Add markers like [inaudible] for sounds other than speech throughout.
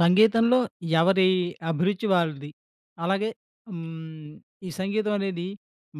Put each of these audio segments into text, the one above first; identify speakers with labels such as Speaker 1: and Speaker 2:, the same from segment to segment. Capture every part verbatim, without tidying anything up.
Speaker 1: సంగీతంలో ఎవరి అభిరుచి వాళ్ళది. అలాగే హ్మ్. ఈ సంగీతం అనేది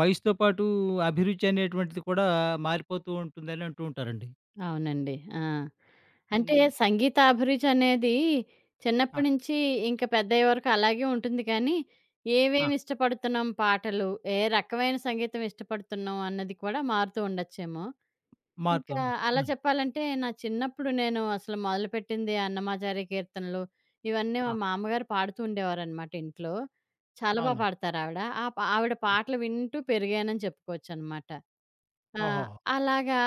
Speaker 1: వయసుతో పాటు అభిరుచి అనేటువంటిది కూడా మారిపోతూ ఉంటుందని అంటూ ఉంటారండి.
Speaker 2: అవునండి. ఆ! అంటే
Speaker 1: హ్మ్.
Speaker 2: సంగీతాభిరుచి అనేది
Speaker 1: ఆ!
Speaker 2: చిన్నప్పటి నుంచి ఇంక పెద్దయ్యే వరకు అలాగే ఉంటుంది కానీ,
Speaker 1: ఆ!
Speaker 2: ఏవేమి ఇష్టపడుతున్నాం పాటలు, ఏ రకమైన సంగీతం ఇష్టపడుతున్నాం అన్నది కూడా మారుతూ ఉండొచ్చేమో.
Speaker 1: మారుతూ
Speaker 2: ఇంకా
Speaker 1: ఉండే.
Speaker 2: అలా
Speaker 1: ఆ!
Speaker 2: చెప్పాలంటే నా చిన్నప్పుడు నేను అసలు మొదలుపెట్టింది అన్నమాచారి కీర్తనలు ఇవన్నీ మా
Speaker 1: ఆ!
Speaker 2: మామ్మగారు పాడుతూ ఉండేవారనమాట ఇంట్లో. చాలా బా
Speaker 1: అవును.
Speaker 2: పాడతారావిడ. ఆ పా ఆవిడ పాటలు వింటూ పెరిగానని చెప్పుకోవచ్చనమాట. ఆ!
Speaker 1: ఓహోహో!
Speaker 2: అలాగా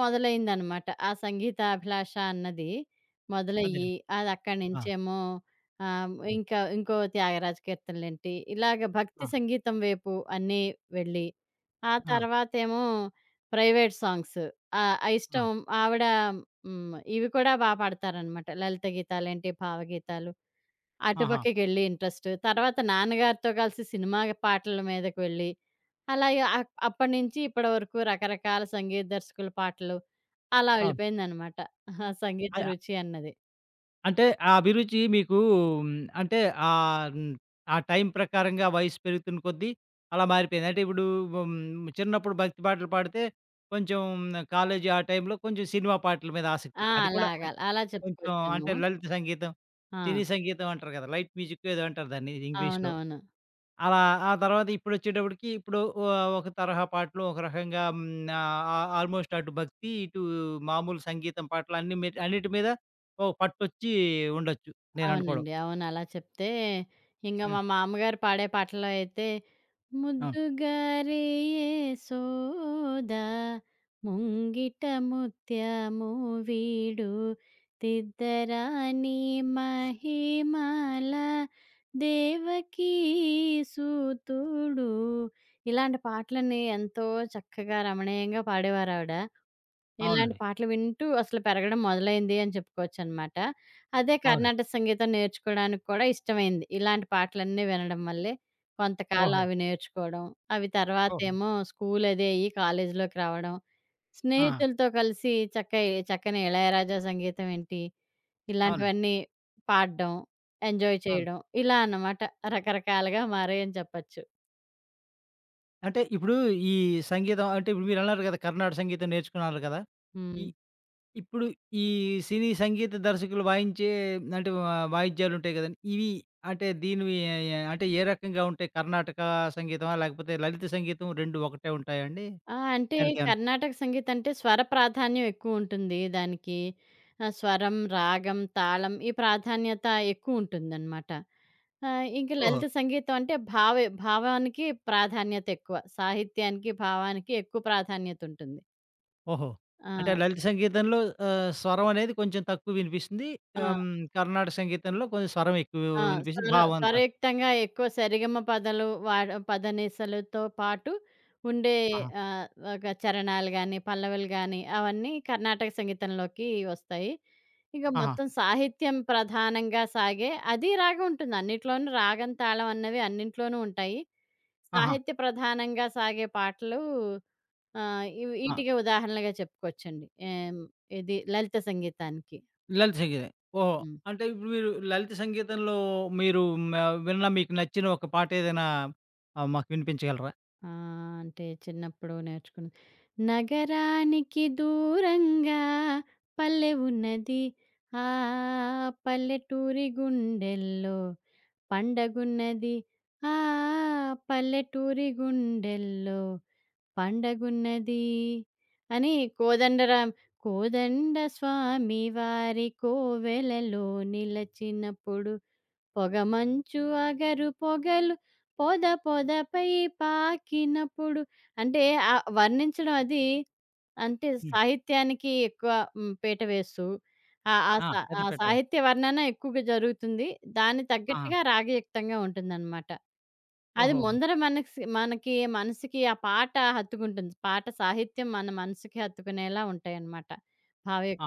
Speaker 2: మొదలైందనమాట. ఆ సంగీతాభిలాష అన్నది మొదలయ్యి,
Speaker 1: అదేనండి.
Speaker 2: అదక్కడి
Speaker 1: ఆ!
Speaker 2: నుంచేమో ఆహ్,
Speaker 1: హ్మ్.
Speaker 2: ఇంకా ఇంకో 'త్యాగరాజ కీర్తన'లేంటి, ఇలాగ భక్తి
Speaker 1: ఆ!
Speaker 2: సంగీతం వైపు అన్నీ వెళ్ళి, ఆ
Speaker 1: ఆ!
Speaker 2: తర్వాతేమో ప్రైవేట్ సాంగ్స్ ఆహ్,
Speaker 1: ఆ!
Speaker 2: అయిష్టం ఆవిడ హ్మ్. ఇవి కూడా బా పాడతారనమాట. లలిత గీతాలేంటి, భావగీతాలు.
Speaker 1: ఆహా!
Speaker 2: అటుపక్కకెళ్ళి ఇంట్రెస్ట్. తర్వాత నాన్నగారితో కలిసి సినిమా పాటల మీదకి వెళ్ళి అలాగే అక్ అప్పటినుంచి ఇప్పటి వరకు రకరకాల సంగీత దర్శకుల పాటలు అలా
Speaker 1: అవును.
Speaker 2: వెళ్ళిపోయిందనమాట. సంగీత
Speaker 1: అ
Speaker 2: రుచి అన్నది.
Speaker 1: అంటే ఆ అభిరుచి మీకు హ్మ్, అంటే ఆహ్, హ్మ్, ఆ టైం ప్రకారంగా వయసు పెరుగుతున్న కొద్దీ అలా మారిపోయింది. అంటే ఇప్పుడు హ్మ్, చిన్నప్పుడు భక్తి పాటలు పాడితే కొంచెం కాలేజీ ఆ టైంలో కొంచెం సినిమా పాటల మీద ఆసక్తి.
Speaker 2: ఆ!
Speaker 1: అది కూడా
Speaker 2: అలాగా
Speaker 1: అన్
Speaker 2: అలా
Speaker 1: కొంచెం
Speaker 2: చెప్పుకోవచ్చేమో.
Speaker 1: అంటే లలిత సంగీతం,
Speaker 2: ఆ!
Speaker 1: సినీ సంగీతం అంటారు కదా! లైట్ మ్యూజిక్ ఏదో అంటారు దాన్ని ఇంగ్లీష్‌లో.
Speaker 2: అవునవును.
Speaker 1: అలా ఆ తర్వాత ఇప్పుడొచ్చేటప్పటికి ఇప్పుడు ఆహ్, ఒక తరహా పాటలు ఒక రకంగా హ్మ్. ఆహ్, ఆహ్, ఆల్‌మోస్ట్ అటు భక్తి, ఇటు మామూలు సంగీతం పాటలు అన్ని మీ అన్నిటి మీద ఓ పట్టొచ్చి ఉండొచ్చు నేననుకోవడం.
Speaker 2: అవునండి. అవును. అలా చెప్తే ఇంగ
Speaker 1: హ్మ్.
Speaker 2: మా మామగారు పాడే పాటల్లో అయితే
Speaker 1: అవును.
Speaker 2: ముద్దుగారే సోదా ముంగిట ముత్యము వీడు తిద్దరాని మహిమాల దేవకీ సూతుడు ఇలాంటి పాటలని ఎంతో చక్కగా రమణీయంగా పాడేవారావిడ. ఇలాంటి
Speaker 1: అవునండి.
Speaker 2: పాటలు వింటూ అసలు పెరగడం మొదలైంది అని చెప్పుకోవచ్చనమాట. అదే
Speaker 1: అవును.
Speaker 2: కర్ణాటక సంగీతం నేర్చుకోడానికి కూడా ఇష్టమైంది. ఇలాంటి పాటలన్నీ వినడం వల్లే. కొంతకాలం
Speaker 1: ఓహో!
Speaker 2: అవి నేర్చుకోవడం. అవి
Speaker 1: ఓహో!
Speaker 2: తర్వాతేమో స్కూల్ అది అయ్యి కాలేజీలోకి రావడం.
Speaker 1: ఆహా!
Speaker 2: స్నేహితులతో కలిసి చక్క చక్కని ఇళయరాజా సంగీతం ఏంటి,
Speaker 1: అవునండి.
Speaker 2: ఇలాంటివన్నీ పాడడం, ఎంజాయ్
Speaker 1: అవును.
Speaker 2: చేయడం ఇలా అన్నమాట రకరకాలుగా మారాయని చెప్పచ్చు.
Speaker 1: అంటే ఇప్పుడు ఈ సంగీతం అంటే ఇప్పుడు మీరన్నారు కదా! కర్ణాటక సంగీతం నేర్చుకున్నారు కదా! ఈ
Speaker 2: హ్మ్.
Speaker 1: ఇప్పుడు ఈ సినీ సంగీత దర్శకులు వాయించే అంటే వా వాయిద్యాలుంటాయి గదండీ! ఇవి అంటే దీనివి ఏ- ఏ- అంటే ఏ రకంగా ఉంటాయి? కర్ణాటక సంగీతమా? లేకపోతే లలిత సంగీతం రెండూ ఒకటే ఉంటాయా అండి?
Speaker 2: ఆ! అంటే
Speaker 1: దానికేమన్నా
Speaker 2: కర్ణాటక సంగీతం అంటే స్వర ప్రాధాన్యం ఎక్కువుంటుంది దానికి. ఆ! స్వరం, రాగం, తాళం ఈ ప్రాధాన్యత ఎక్కువుంటుందనమాట. ఆహ్, ఇంక
Speaker 1: ఓహో!
Speaker 2: లలిత సంగీతం అంటే భావే భావానికి ప్రాధాన్యత ఎక్కువ. సాహిత్యానికి, భావానికి ఎక్కువ ప్రాధాన్యతుంటుంది.
Speaker 1: ఓహో!
Speaker 2: ఆ!
Speaker 1: అంటే లలిత సంగీతంలో ఆహ్, స్వరం అనేది కొంచెం తక్కువ వినిపిస్తుంది. ఆహ్,
Speaker 2: ఆ!
Speaker 1: హ్మ్, కర్ణాటక సంగీతంలో కొంచెం స్వరం ఎక్కువ
Speaker 2: ఆ! స్వర
Speaker 1: వినిపిస్తుంది. భావం తక్కువ.
Speaker 2: స్వరయుక్తంగా ఎక్కువ సరిగమ పదాలు వాడ పదనిసలుతో పాటు ఉండే
Speaker 1: ఆహా!
Speaker 2: ఆహ్, ఒక చరణాలు గాని, పల్లవులు గాని అవన్నీ కర్ణాటక సంగీతంలోకి వస్తాయి. ఇక హ్మ్.
Speaker 1: ఆహా!
Speaker 2: మొత్తం సాహిత్యం ప్రధానంగా సాగే అది రాగం ఉంటుంది. అన్నిట్లోనూ రాగం, తాళం అన్నవి అన్నింట్లోనూ ఉంటాయి.
Speaker 1: ఆహా!
Speaker 2: సాహిత్య ప్రధానంగా సాగే పాటలు ఆహ్, ఇవి
Speaker 1: ఆ!
Speaker 2: ఈటికి ఉదాహరణలుగా చెప్పుకోవచ్చండి. ఆహ్, ఇది లలిత సంగీతానికి.
Speaker 1: లలిత సంగీతం. ఓహో!
Speaker 2: హ్మ్.
Speaker 1: అంటే ఇప్పుడు మీరు లలిత సంగీతంలో మీరు మ విన్న మీకు నచ్చిన ఒక పాట ఏదైనా ఆహ్, మాకు వినిపించగలరా?
Speaker 2: ఆ! అంటే చిన్నప్పుడు నేర్చుకున్నది. నగరానికి దూరంగా పల్లె ఉన్నది. ఆ పల్లెటూరి గుండెల్లో పండగున్నది. ఆ పల్లెటూరి గుండెల్లో పండగున్నది. అని కోదండరాం కోదండ స్వామి వారి కోవెలలో నిలచినప్పుడు పొగమంచు అగరు పొగలు పొద పొదపై పాకినప్పుడు అంటే ఆ వర్ణించడం అది అంటే
Speaker 1: హ్మ్.
Speaker 2: సాహిత్యానికి ఎక్కువ హ్మ్, పీట వేస్తూ ఆ ఆ
Speaker 1: ఆ!
Speaker 2: సా
Speaker 1: పెద్ద
Speaker 2: ఆ
Speaker 1: పీట వేసి.
Speaker 2: సాహిత్య వర్ణన ఎక్కువగా జరుగుతుంది. దానికి
Speaker 1: ఆహా!
Speaker 2: తగ్గట్టుగా రాగయుక్తంగా ఉంటుందనమాట. అది
Speaker 1: ఓహోహో!
Speaker 2: ముందర మనక్స్ మనకి మనసుకి ఆ పాట హత్తుకుంటుంది. పాట సాహిత్యం మన మనసుకి హత్తుకునేలా ఉంటాయనమాట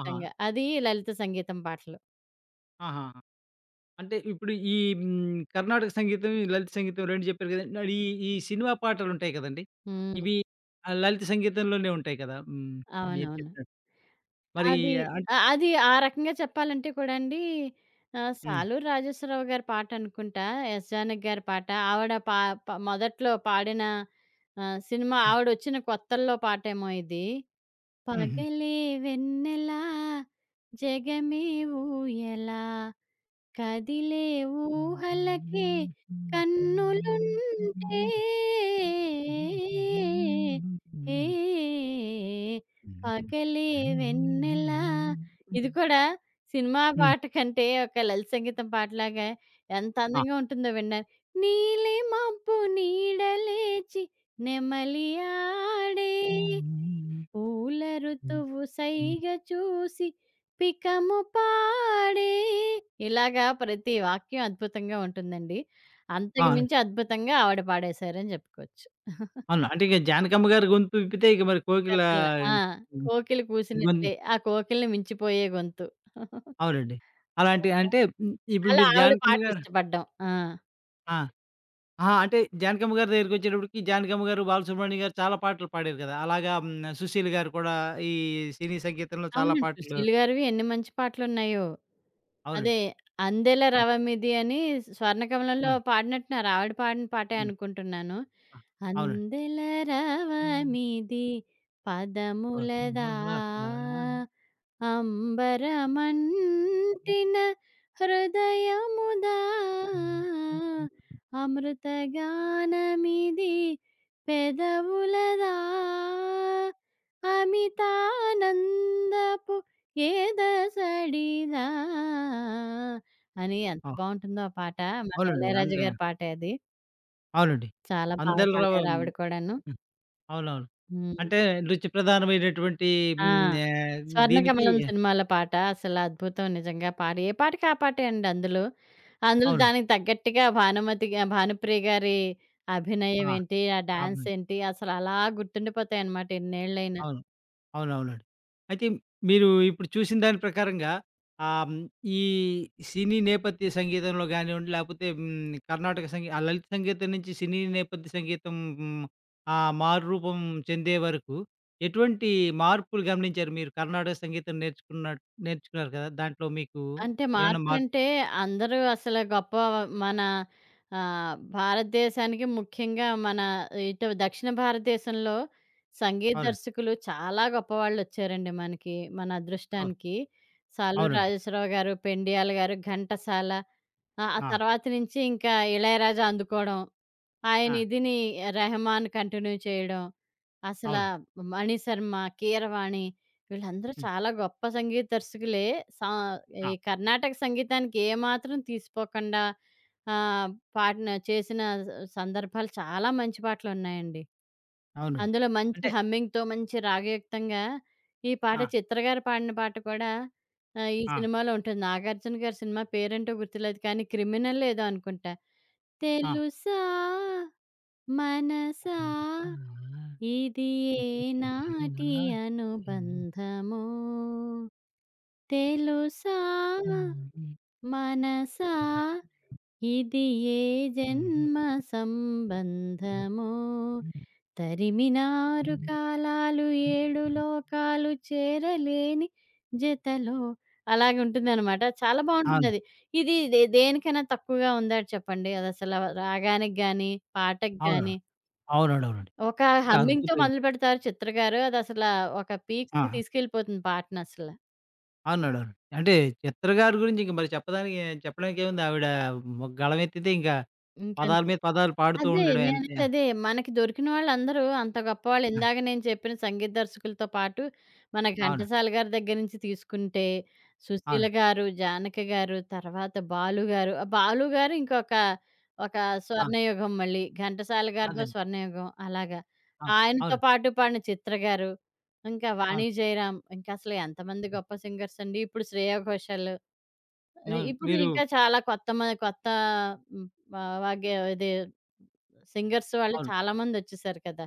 Speaker 1: ఆహా!
Speaker 2: అది లలిత సంగీతం పాటలు.
Speaker 1: ఆహాహా! అంటే ఇప్పుడు ఈ హ్మ్, కర్ణాటక సంగీతం, ఈ లలిత సంగీతం రెండూ చెప్పారు కదండీ. మరి ఈ ఈ సినిమా పాటలుంటాయి కదండీ.
Speaker 2: హ్మ్.
Speaker 1: ఇవి ఆహ్, లలిత సంగీతంలోనే ఉంటాయి కదా! హ్మ్. మీరు
Speaker 2: అవునవును.
Speaker 1: చెప్పినట్టు. మరి
Speaker 2: అది
Speaker 1: అంటే
Speaker 2: ఆ! అది ఆ రకంగా చెప్పాలంటే కూడా అండి ఆహ్,
Speaker 1: హ్మ్.
Speaker 2: 'సాలూరు రాజేశ్వరరావు' గారి పాట అనుకుంటా. 'ఎస్. జానకి' గారి పాట. ఆవిడ పా ప మొదట్లో పాడిన ఆహ్, సినిమా ఆవిడొచ్చిన కొత్తల్లో పాటేమో ఇది.
Speaker 1: హ్మ్.
Speaker 2: పగలే వెన్నెలా జగమే ఊయలా కదిలే ఊహలకే
Speaker 1: హుహు.
Speaker 2: కన్నులుంటే
Speaker 1: హ్మ్.
Speaker 2: ఏ పగలే వెన్నెలా ఇది కూడా సినిమా పాట కంటే ఒక లలిత సంగీతం పాటలాగా ఎంత
Speaker 1: ఆ!
Speaker 2: అందంగా ఉంటుందో విన్నాను నీలి మబ్బు నీడలేచి నెమలి ఆడే పూల ఋతువు సైగ చూసి పికము పాడే ఇలాగా ప్రతి వాక్యం అద్భుతంగా ఉంటుందండి.
Speaker 1: ఆ!
Speaker 2: అంతకు మించి అద్భుతంగా ఆవిడ పాడేశారని చెప్పుకోవచ్చు.
Speaker 1: అవును. అంటే ఇక 'జానకమ్మ' గారి గొంతు విప్పితే ఇక మరి 'కోకిల'
Speaker 2: అసల ఆ!
Speaker 1: హ్మ్.
Speaker 2: కోకిల
Speaker 1: గొన్
Speaker 2: కూసినట్లే ఆ కోకిలని మించిపోయే గొంతు. [laughs]
Speaker 1: అవునండి. అలాంటి అంటే హ్మ్, ఇప్పుడు
Speaker 2: అలా
Speaker 1: మీరు
Speaker 2: ఆవిడ
Speaker 1: 'జానకమ్మ'
Speaker 2: పాటలు
Speaker 1: గారు
Speaker 2: ఇష్టపడ్డం. ఆ!
Speaker 1: ఆ! అహా! అంటే 'జానకమ్మ' గారి దగ్గరికొచ్చేటప్పటికి 'జానకమ్మ' గారు, 'బాలసుబ్రహ్మణ్యం' గారు చాలా పాటలు పాడారు కదా! అలాగా హ్మ్, 'సుశీల్' గారు కూడా ఈ సినీ సంగీతంలో చాలా
Speaker 2: అవునండి.
Speaker 1: పాటలు
Speaker 2: 'సుశీల్' గారివి ఎన్ని మంచి పాటలున్నాయో. అదే
Speaker 1: అవునండి.
Speaker 2: 'అందెల
Speaker 1: హ్మ్.
Speaker 2: రవమిది' అని 'స్వర్ణకమలంలో'
Speaker 1: హ్మ్.
Speaker 2: పాడినట్టున్నారు. ఆవిడ పాడిన పాటే
Speaker 1: హ్మ్.
Speaker 2: అనుకుంటున్నాను.
Speaker 1: ఆ!
Speaker 2: అందెల
Speaker 1: అవునండి.
Speaker 2: రవమిది పదములదా
Speaker 1: చదువులట్లా
Speaker 2: అంబరమంటిన హృదయముదా
Speaker 1: హ్మ్.
Speaker 2: అమృతగానమిది పెదవులదా అమితానందపు ఏదసడిదా అని ఎంత
Speaker 1: ఆ!
Speaker 2: బావుంటుందో ఆ పాట. మన
Speaker 1: అవునండి.
Speaker 2: ఇళయరాజా
Speaker 1: అంటే
Speaker 2: గారి పాటే అది.
Speaker 1: అవునండి.
Speaker 2: చాలా బాగా
Speaker 1: అందరిలో
Speaker 2: పాడారు ఆవిడ
Speaker 1: హ్మ్.
Speaker 2: కూడాను.
Speaker 1: అవునవును.
Speaker 2: హ్మ్.
Speaker 1: అంటే రుచి ప్రధానమైనటువంటి
Speaker 2: ఆ!
Speaker 1: హ్మ్. ఆహ్, దీనికి
Speaker 2: 'స్వర్ణకమలం' సినిమాలో పాట అసలు అద్భుతం నిజంగా. పాట ఏ పాటకి ఆ పాటే అండి అందులో. అందులో
Speaker 1: అవును.
Speaker 2: దానికి తగ్గట్టుగా భానుమతి గా భానుప్రియ గారి అభినయం
Speaker 1: ఆ!
Speaker 2: ఏంటి, ఆ డాన్స్
Speaker 1: అవును.
Speaker 2: ఏంటి అసలు అలా గుర్తుండిపోతాయన్నమాట ఎన్నేళ్ళైనా.
Speaker 1: అవును. అవునవునండి. అయితే మీరు ఇప్పుడు చూసిన దాని ప్రకారంగా ఆహ్, హ్మ్, ఈ సినీ నేపథ్య సంగీతంలో గానివ్వండి, లేపోతే హ్మ్, కర్ణాటక సంగీ ఆ లలిత సంగీతం నుంచి సినీ నేపథ్య సంగీతం హ్మ్, ఆ మారురూపం చెందే వరకు ఎటువంటి మార్పులు గమనించారు మీరు? కర్ణాటక సంగీతం నేర్చుకున్న నేర్చుకున్నారు కదా! దాంట్లో మీకు
Speaker 2: అంటే
Speaker 1: ఏమైనా మార్పు
Speaker 2: మార్పులంటే అందరూ అసలు గొప్ప మన ఆహ్, భారతదేశానికి ముఖ్యంగా మన ఇటు దక్షిణ భారతదేశంలో సంగీత
Speaker 1: అవునండి.
Speaker 2: దర్శకులు చాలా గొప్పవాళ్ళొచ్చారండి మనకి. మన
Speaker 1: అవును.
Speaker 2: అదృష్టానికి. 'సాలూరు
Speaker 1: అవునండి.
Speaker 2: రాజేశ్వరరావు' గారు, 'పెండియాల' గారు, 'ఘంటసాల' ఆహ్, ఆ
Speaker 1: ఆ!
Speaker 2: తర్వాత నుంచి ఇంకా 'ఇళయరాజా' అందుకోవడం. ఆయన
Speaker 1: ఆ!
Speaker 2: ఇదిని 'రెహమాన్' కంటిన్యూ చేయడం. అసల
Speaker 1: అవునండి.
Speaker 2: 'మణిశర్మ', 'కీరవాణి' వీళ్ళందరూ
Speaker 1: హ్మ్.
Speaker 2: చాలా గొప్ప సంగీత దర్శకులే. సా ఈ
Speaker 1: ఆ!
Speaker 2: కర్ణాటక సంగీతానికి ఏమాత్రం తీసిపోకుండా ఆహ్, పాడిన చేసిన సందర్భాలు చాలా మంచి పాటలున్నాయండి.
Speaker 1: అవునండి.
Speaker 2: అందులో మంచి
Speaker 1: అంటే
Speaker 2: హమ్మింగ్‌తో మంచి రాగయుక్తంగా ఈ పాట
Speaker 1: ఆ!
Speaker 2: 'చిత్ర' గారు పాడిన పాట కూడా ఆహ్, ఈ
Speaker 1: ఆ!
Speaker 2: సినిమాలో ఉంటుంది. నాగార్జున గారి సినిమా పేరేంటో గుర్తులేదు కానీ 'క్రిమినల్' ఏదో అనుకుంటా.
Speaker 1: ఆ!
Speaker 2: తెలుసా మనసా ఇది
Speaker 1: ఇది
Speaker 2: ఏనాటి
Speaker 1: ఎలా
Speaker 2: అనుబంధము తెలుసా మనసా ఇది ఏ జన్మ సంబంధము తరిమినారు కాలాలు ఏడు లోకాలు చేరలేని జతలో అలాగే ఉంటుందన్నమాట చాలా బాగుంటుంది
Speaker 1: అవును.
Speaker 2: అది ఇది దే- దేనికైనా తక్కువగా ఉందా చెప్పండి అది అసలు రాగానికి కానీ పాటకి
Speaker 1: అవును.
Speaker 2: కానీ
Speaker 1: అవునండి. అవునండి.
Speaker 2: ఒక
Speaker 1: అంటే
Speaker 2: హమ్మింగ్‌తో
Speaker 1: అద్భుతమైన
Speaker 2: మొదలుపెడతారు చిత్ర గారు. అదసలా ఒక పీక్స్‌కి
Speaker 1: ఆ!
Speaker 2: తీసుకెళ్ళిపోతుంది పాటనసల.
Speaker 1: అవునండి. అవునండి. అంటే చిత్ర గారి గురించి ఇంక మరి చెప్పడానికి చెప్పడానికి ఏముంది ఆవిడ మ గళమెత్తితే ఇంకా పదాల
Speaker 2: ఇంకంతే.
Speaker 1: మీద పదాలు పాడుతూ
Speaker 2: అదే.
Speaker 1: ఉండడం అంతే.
Speaker 2: నేననేది అదే. మనకి దొరికిన వాళ్ళందరూ అంత గొప్పవాళ్ళు.
Speaker 1: ఆ!
Speaker 2: ఇందాక నేను చెప్పిన సంగీత దర్శకులతో పాటు, మన
Speaker 1: అవును.
Speaker 2: ఘంటసాల గారి దగ్గర నుంచి తీసుకుంటే, సుశీల
Speaker 1: అవును.
Speaker 2: గారు, జానకి గారు, తర్వాత బాలు గారు. ఆ! బాలు గారు ఇంకొక ఒక
Speaker 1: ఆ!
Speaker 2: స్వర్ణయుగం మళ్ళీ. ఘంటసాల గారిదో
Speaker 1: అదే.
Speaker 2: స్వర్ణయుగం అలాగా.
Speaker 1: ఆ!
Speaker 2: ఆయనతో
Speaker 1: అవును.
Speaker 2: పాటు పాడిన చిత్ర గారు, ఇంకా వాణి
Speaker 1: అవును.
Speaker 2: జయరాం. ఇంకా అసలు ఎంతమంది గొప్ప సింగర్స్ అండి. ఇప్పుడు శ్రేయా ఘోషాల్.
Speaker 1: అవును.
Speaker 2: ఇప్పుడు
Speaker 1: మీరు
Speaker 2: ఇంకా చాలా కొత్త మ కొత్త హ్మ్. ఆహ్, వాగే ఇది సింగర్స్ వాళ్ళు
Speaker 1: అవును.
Speaker 2: చాలా మందొచ్చేసారు కదా!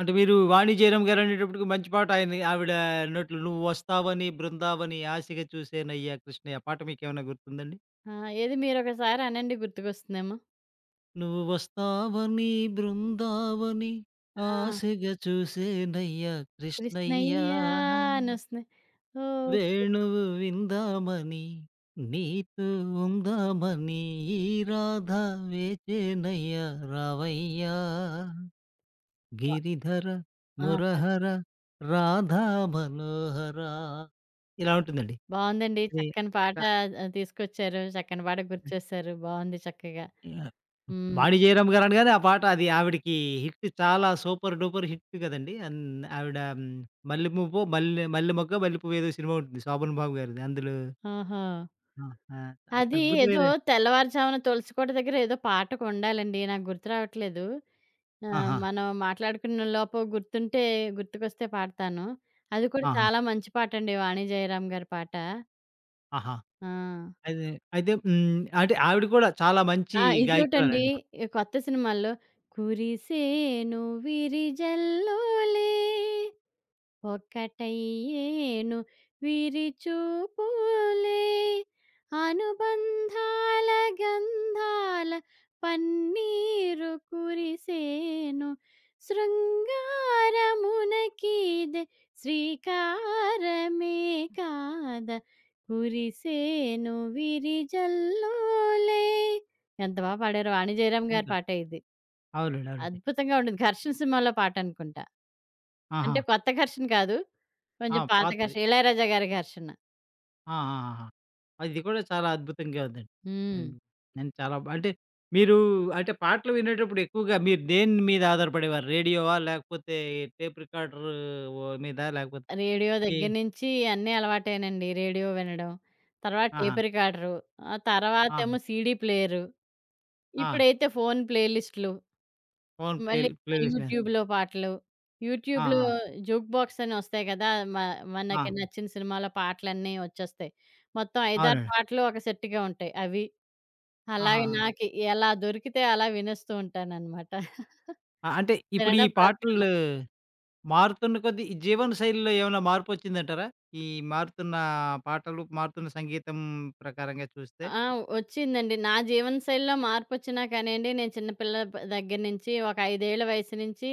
Speaker 1: అంటే మీరు వాణిజ్యరామ్ గారనేటప్పటికి మంచి పాట ఆయన ఆవిడ నోట్లో నువ్వొస్తావని బృందావని ఆశగా చూసేనయ్యా కృష్ణయ్య పాట మీకేమైనా గుర్తుందండి?
Speaker 2: ఆ! ఏది మీరొకసారి అనండి గుర్తుకొస్తుందేమో.
Speaker 1: నువ్వు వస్తావని బృందావని
Speaker 2: ఆ!
Speaker 1: ఆశగా చూసేనయ్యా కృష్ణయ్యా
Speaker 2: కృష్ణయ్య అనొస్తుంది. ఓహ్! కృష్
Speaker 1: వేణువు విందామని నీతో ఉందామని ఈ రాధ వేచేనయ్యా రావయ్యా
Speaker 2: బా
Speaker 1: గిరిధర
Speaker 2: ఆ! పాడు.
Speaker 1: మురహర రాధా మనోహర ఇలా ఉంటుందండి.
Speaker 2: బావుందండి.
Speaker 1: ఇది
Speaker 2: చక్కని పాట
Speaker 1: అబ్బా!
Speaker 2: ఆహ్, తీసుకొచ్చారు. చక్కని పాట గుర్తుచేశారు. బావుంది చక్కగా.
Speaker 1: యాహ్!
Speaker 2: హ్మ్.
Speaker 1: బాణీ జయరామ్ గారు అనగానే ఆ పాట అది ఆవిడకి హిట్ చాలా సూపర్ డూపర్ హిట్ కదండీ. అన్ ఆవిడ హ్మ్, మల్లె పువ్వో మల్లె మల్లె మొగ్గో మల్లె పువ్వో ఏదో సినిమా ఉంటుంది. శోభన్ బాబు గారిది. అందులో
Speaker 2: ఓహో!
Speaker 1: ఆ! ఆ!
Speaker 2: అది ఏదో
Speaker 1: అద్భుతమైన
Speaker 2: తెల్లవారుజామున తులసికోట దగ్గర ఏదో పాటకొండాలండి. నాకు గుర్తు రావట్లేదు. ఆహ్,
Speaker 1: ఆహా!
Speaker 2: మనం మాట్లాడుకున్న లోపు గుర్తుంటే గుర్తుకొస్తే పాడతాను. అది కూడా
Speaker 1: ఆహా!
Speaker 2: చాలా మంచి పాటండి. వాణి జయరాం గారి పాట.
Speaker 1: ఆహా!
Speaker 2: ఆ!
Speaker 1: అయితే అయితే హ్మ్, అంటే ఆవిడ కూడా చాలా మంచి
Speaker 2: ఆ! ఇదోటండి
Speaker 1: గాయకురాలండి.
Speaker 2: ఈ కొత్త సినిమాల్లో కురిసేను విరిజల్లోలే ఒకటయ్యేను విరిచూపులే అనుబంధాల గంధాల పన్నీరు కురిసేను శృంగారమునకీదె శ్రీకారమే కాద కురిసేను విరిజల్లోలే ఎంత బాగా పాడారు వాణి జయరామ్ గారి
Speaker 1: అవునండి.
Speaker 2: పాట ఇది
Speaker 1: అవునండి.
Speaker 2: అద్భుతంగా ఉండేది. 'ఘర్షణ' సినిమాలో పాటనుకుంటా.
Speaker 1: ఆహా!
Speaker 2: అంటే కొత్త 'ఘర్షణ' కాదు.
Speaker 1: ఆ!
Speaker 2: కొంచెం పాత
Speaker 1: పాతది.
Speaker 2: 'ఘర్షణ' 'ఇళయరాజా' గారి 'ఘర్షణ'.
Speaker 1: ఆ! ఆహాహా! అది కూడా చాలా అద్భుతంగా ఉందండి.
Speaker 2: హ్మ్.
Speaker 1: హ్మ్. నేను చాలా బా అంటే మీరు అంటే పాటలు వినేటప్పుడు ఎక్కువగా మీరు దేని మీద ఆధారపడేవారు? రేడియోవా? లేకపోతే టేప్ రికార్డర్ ఓ మీదా? లేకపోతే
Speaker 2: రేడియో
Speaker 1: ఈ
Speaker 2: దగ్గర నుంచి అన్నీ అలవాటేనండి. రేడియో వినడం, తర్వాత
Speaker 1: ఆహా!
Speaker 2: టేప్ రికార్డరు, ఆ
Speaker 1: ఆహా!
Speaker 2: తర్వాతేమో సీడీ ప్లేయరు.
Speaker 1: ఆ!
Speaker 2: ఇప్పుడైతే phone play lists,
Speaker 1: phone play
Speaker 2: మళ్ళీ
Speaker 1: ప్లేలిస్ట్. మీద?
Speaker 2: యూట్యూబ్‌లో పాటలు.
Speaker 1: ఆ!
Speaker 2: యూట్యూబ్‌లో
Speaker 1: ఆ!
Speaker 2: జూక్ బాక్స్ అని ఒస్తాయి కదా! మ
Speaker 1: ఆ!
Speaker 2: మనకి నచ్చిన సినిమాల పాటలన్నీ ఒచ్చేస్తాయి. మొత్తం ఐదు, ఆరు
Speaker 1: అవునండి.
Speaker 2: పాటలు ఒక సెట్‌గా ఉంటాయి అవి. అలాగే
Speaker 1: ఆహాహా! ఆ!
Speaker 2: నాకు ఎలా దొరికితే అలా వినేస్తూ ఉంటాననమాట.
Speaker 1: ఆ, అంటే ఇప్పుడు ఈ
Speaker 2: వినడం [laughs]
Speaker 1: పాటలు
Speaker 2: ప్రధానం.
Speaker 1: మారుతున్న కొద్దీ ఈ జీవన శైలిలో ఏమైనా మార్పొచ్చిందంటారా? ఈ మారుతున్న పాటలు, మారుతున్న సంగీతం ప్రకారంగా చూస్తే?
Speaker 2: ఆ! వచ్చిందండి. నా జీవన శైలిలో మార్పొచ్చినా కానియండి, నేను చిన్న పిల్లల ప దగ్గర నుంచి ఒక ఐదు ఏళ్ల వయసు నుంచి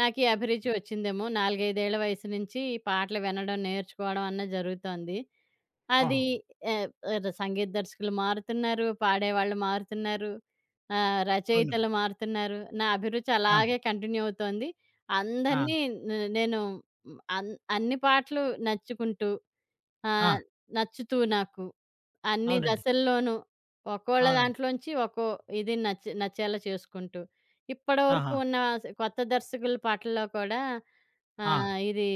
Speaker 2: నాకీ అభిరుచి వచ్చిందేమో. నాలుగు, ఐదు ఏళ్ల వయసు నుంచి ఈ పాటలు వినడం, నేర్చుకోవడం అన్నది జరుగుతోంది.
Speaker 1: ఓహో!
Speaker 2: అది ఆహ్, ఆహ్, సంగీత దర్శకులు మారుతున్నారు, పాడేవాళ్ళు మారుతున్నారు, ఆహ్,
Speaker 1: అవును.
Speaker 2: రచయితలు మారుతున్నారు. నా అభిరుచి
Speaker 1: అవును.
Speaker 2: అలాగే కంటిన్యూ అవుతోంది.
Speaker 1: ఆ!
Speaker 2: అందరినీ నే నేను హ్మ్, అన్ అన్ని పాటలు నచ్చుకుంటూ
Speaker 1: ఆ!
Speaker 2: ఆహ్, నచ్చుతూ నాకు అన్ని
Speaker 1: అవునండి.
Speaker 2: దశల్లోనూ ఒక్కోళ్ళ
Speaker 1: అవునండి.
Speaker 2: దాంట్లోంచి ఒక్కో ఇది నచ్చె నచ్చేలా చేసుకుంటూ, ఇప్పటివరకు
Speaker 1: ఆహా!
Speaker 2: ఉన్న స- కొత్త దర్శకుల పాటల్లో కూడా
Speaker 1: ఆ!
Speaker 2: ఆహ్, ఇది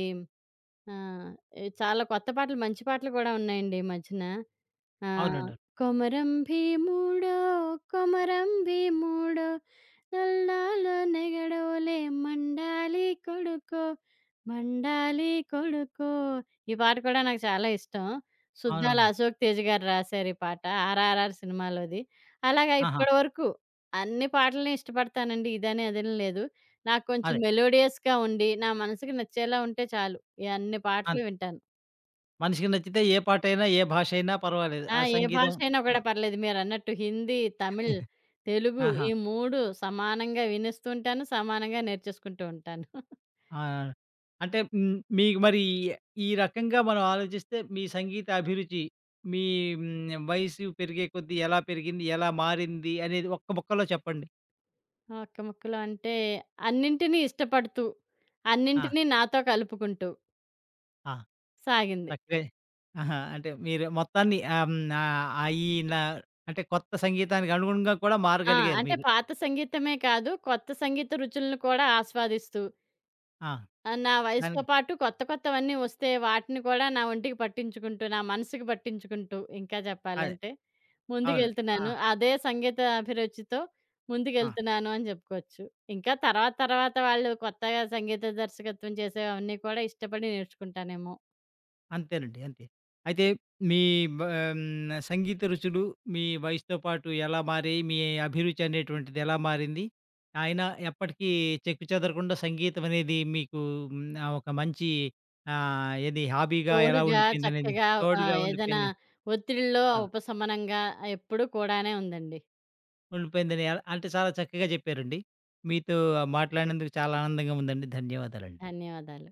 Speaker 2: ఆ! ఏ చాలా కొత్త పాటలు, మంచి పాటలు కూడా ఉన్నాయండి ఈ మధ్యన. ఆ!
Speaker 1: అవునండి.
Speaker 2: కొమరం భీముడో కొమరం భీముడో నల్లాలో నెగడోలే మండాలి కొడుకో మండాలి కొడుకో. ఈ పాట కూడా నాకు చాలా ఇష్టం. సుద్దాల
Speaker 1: అవునవును.
Speaker 2: అశోక్ తేజ గారు రాశారు ఈ పాట. 'ఆర్ఆర్ఆర్' సినిమాలోది. అలాగా
Speaker 1: ఆహా!
Speaker 2: ఇప్పటి వరకు అన్ని పాటలని ఇష్టపడతానండి. ఇదని అదని లేదు. నాకు కొంచెం
Speaker 1: అదే.
Speaker 2: మెలోడియస్‌గా ఉండి, నా మనసుకి నచ్చేలా ఉంటే చాలు. ఈ అన్ని పాటలు
Speaker 1: అంతే.
Speaker 2: వింటాను.
Speaker 1: మనిషికి నచ్చితే ఏ పాటైనా, ఏ భాష అయినా పర్వాలేదు.
Speaker 2: ఆ!
Speaker 1: ఆ
Speaker 2: ఏ భాష
Speaker 1: సంగీతం
Speaker 2: అయినా కూడా పర్లేదు. మీరన్నట్టు హిందీ, తమిళ్, తెలుగు
Speaker 1: ఆహా!
Speaker 2: ఈ మూడు సమానంగా వినేస్తుంటాను. సమానంగా నేర్చేసుకుంటూ ఉంటాను.
Speaker 1: ఆ! అంటే హ్మ్, మీకు మరి ఈ రకంగా మనం ఆలోచిస్తే మీ సంగీత అభిరుచి మీ హ్మ్, వయసు పెరిగే కొద్దీ ఎలా పెరిగింది? ఎలా మారింది? అనేది ఒక్క ముక్కలో చెప్పండి.
Speaker 2: ఒక్క ముక్కలో అంటే అన్నింటిని ఇష్టపడుతూ,
Speaker 1: ఆ!
Speaker 2: అన్నింటిని నాతో కలుపుకుంటూ
Speaker 1: ఆ!
Speaker 2: సాగింది.
Speaker 1: చక్కగా ఆహా! అంటే మీరు మొత్తాన్ని ఆహ్, హ్మ్, ఆహ్, ఆహ్, ఈ నా అంటే కొత్త సంగీతానికి అనుగుణంగా కూడా
Speaker 2: ఆ!
Speaker 1: మారగలిగారు
Speaker 2: అంటే
Speaker 1: మీరు.
Speaker 2: పాత సంగీతమే కాదు, కొత్త సంగీత రుచులను కూడా ఆస్వాదిస్తూ
Speaker 1: ఆ!
Speaker 2: ఆ! నా వయసుతో
Speaker 1: దానికి
Speaker 2: పాటు కొత్త కొత్తవన్నీ వస్తే వాటిని కూడా నా ఒంటికి పట్టించుకుంటూ, నా మనసుకి పట్టించుకుంటూ ఇంకా
Speaker 1: అదే.
Speaker 2: చెప్పాలంటే
Speaker 1: అవును. ఆ!
Speaker 2: ముందుకెళ్తున్నాను. అదే సంగీత అభిరుచితో
Speaker 1: ఆ!
Speaker 2: ముందుకెళ్తున్నాను అని జెప్పుకోవచ్చు. ఇంకా తర్వాత తర్వాత వాళ్ళు కొత్తగా సంగీత దర్శకత్వం చేసేవన్నీ కూడా ఇష్టపడి నేర్చుకుంటానేమో.
Speaker 1: అంతేనండి. అంతే. అయితే మీ బ హ్మ్. సంగీత రుచులు మీ వయసుతో పాటు ఎలా మారాయి? మీ అభిరుచి అనేటువంటిది ఎలా మారింది? అయినా ఎప్పటికీ చెక్కు చెదరకుండా సంగీతం అనేది మీకు హ్మ్. ఆహ్, ఒక మంచి ఆహ్, ఏది హాబీగా ఎలా
Speaker 2: తోడుగా
Speaker 1: ఉండిపోయిందనేది
Speaker 2: చక్కగా ఆహ్,
Speaker 1: తోడుగా
Speaker 2: ఏదైనా
Speaker 1: ఉండిపోయింది.
Speaker 2: ఒత్తిడిలో
Speaker 1: ఆ!
Speaker 2: ఉపశమనంగా ఎప్పుడూ కూడానే ఉందండి.
Speaker 1: ఉండిపోయిందని ఎలా అంటే చాలా చక్కగా చెప్పారండి. మీతో మాట్లాడినందుకు చాలా ఆనందంగా ఉందండి. ధన్యవాదాలండి.
Speaker 2: ధన్యవాదాలు.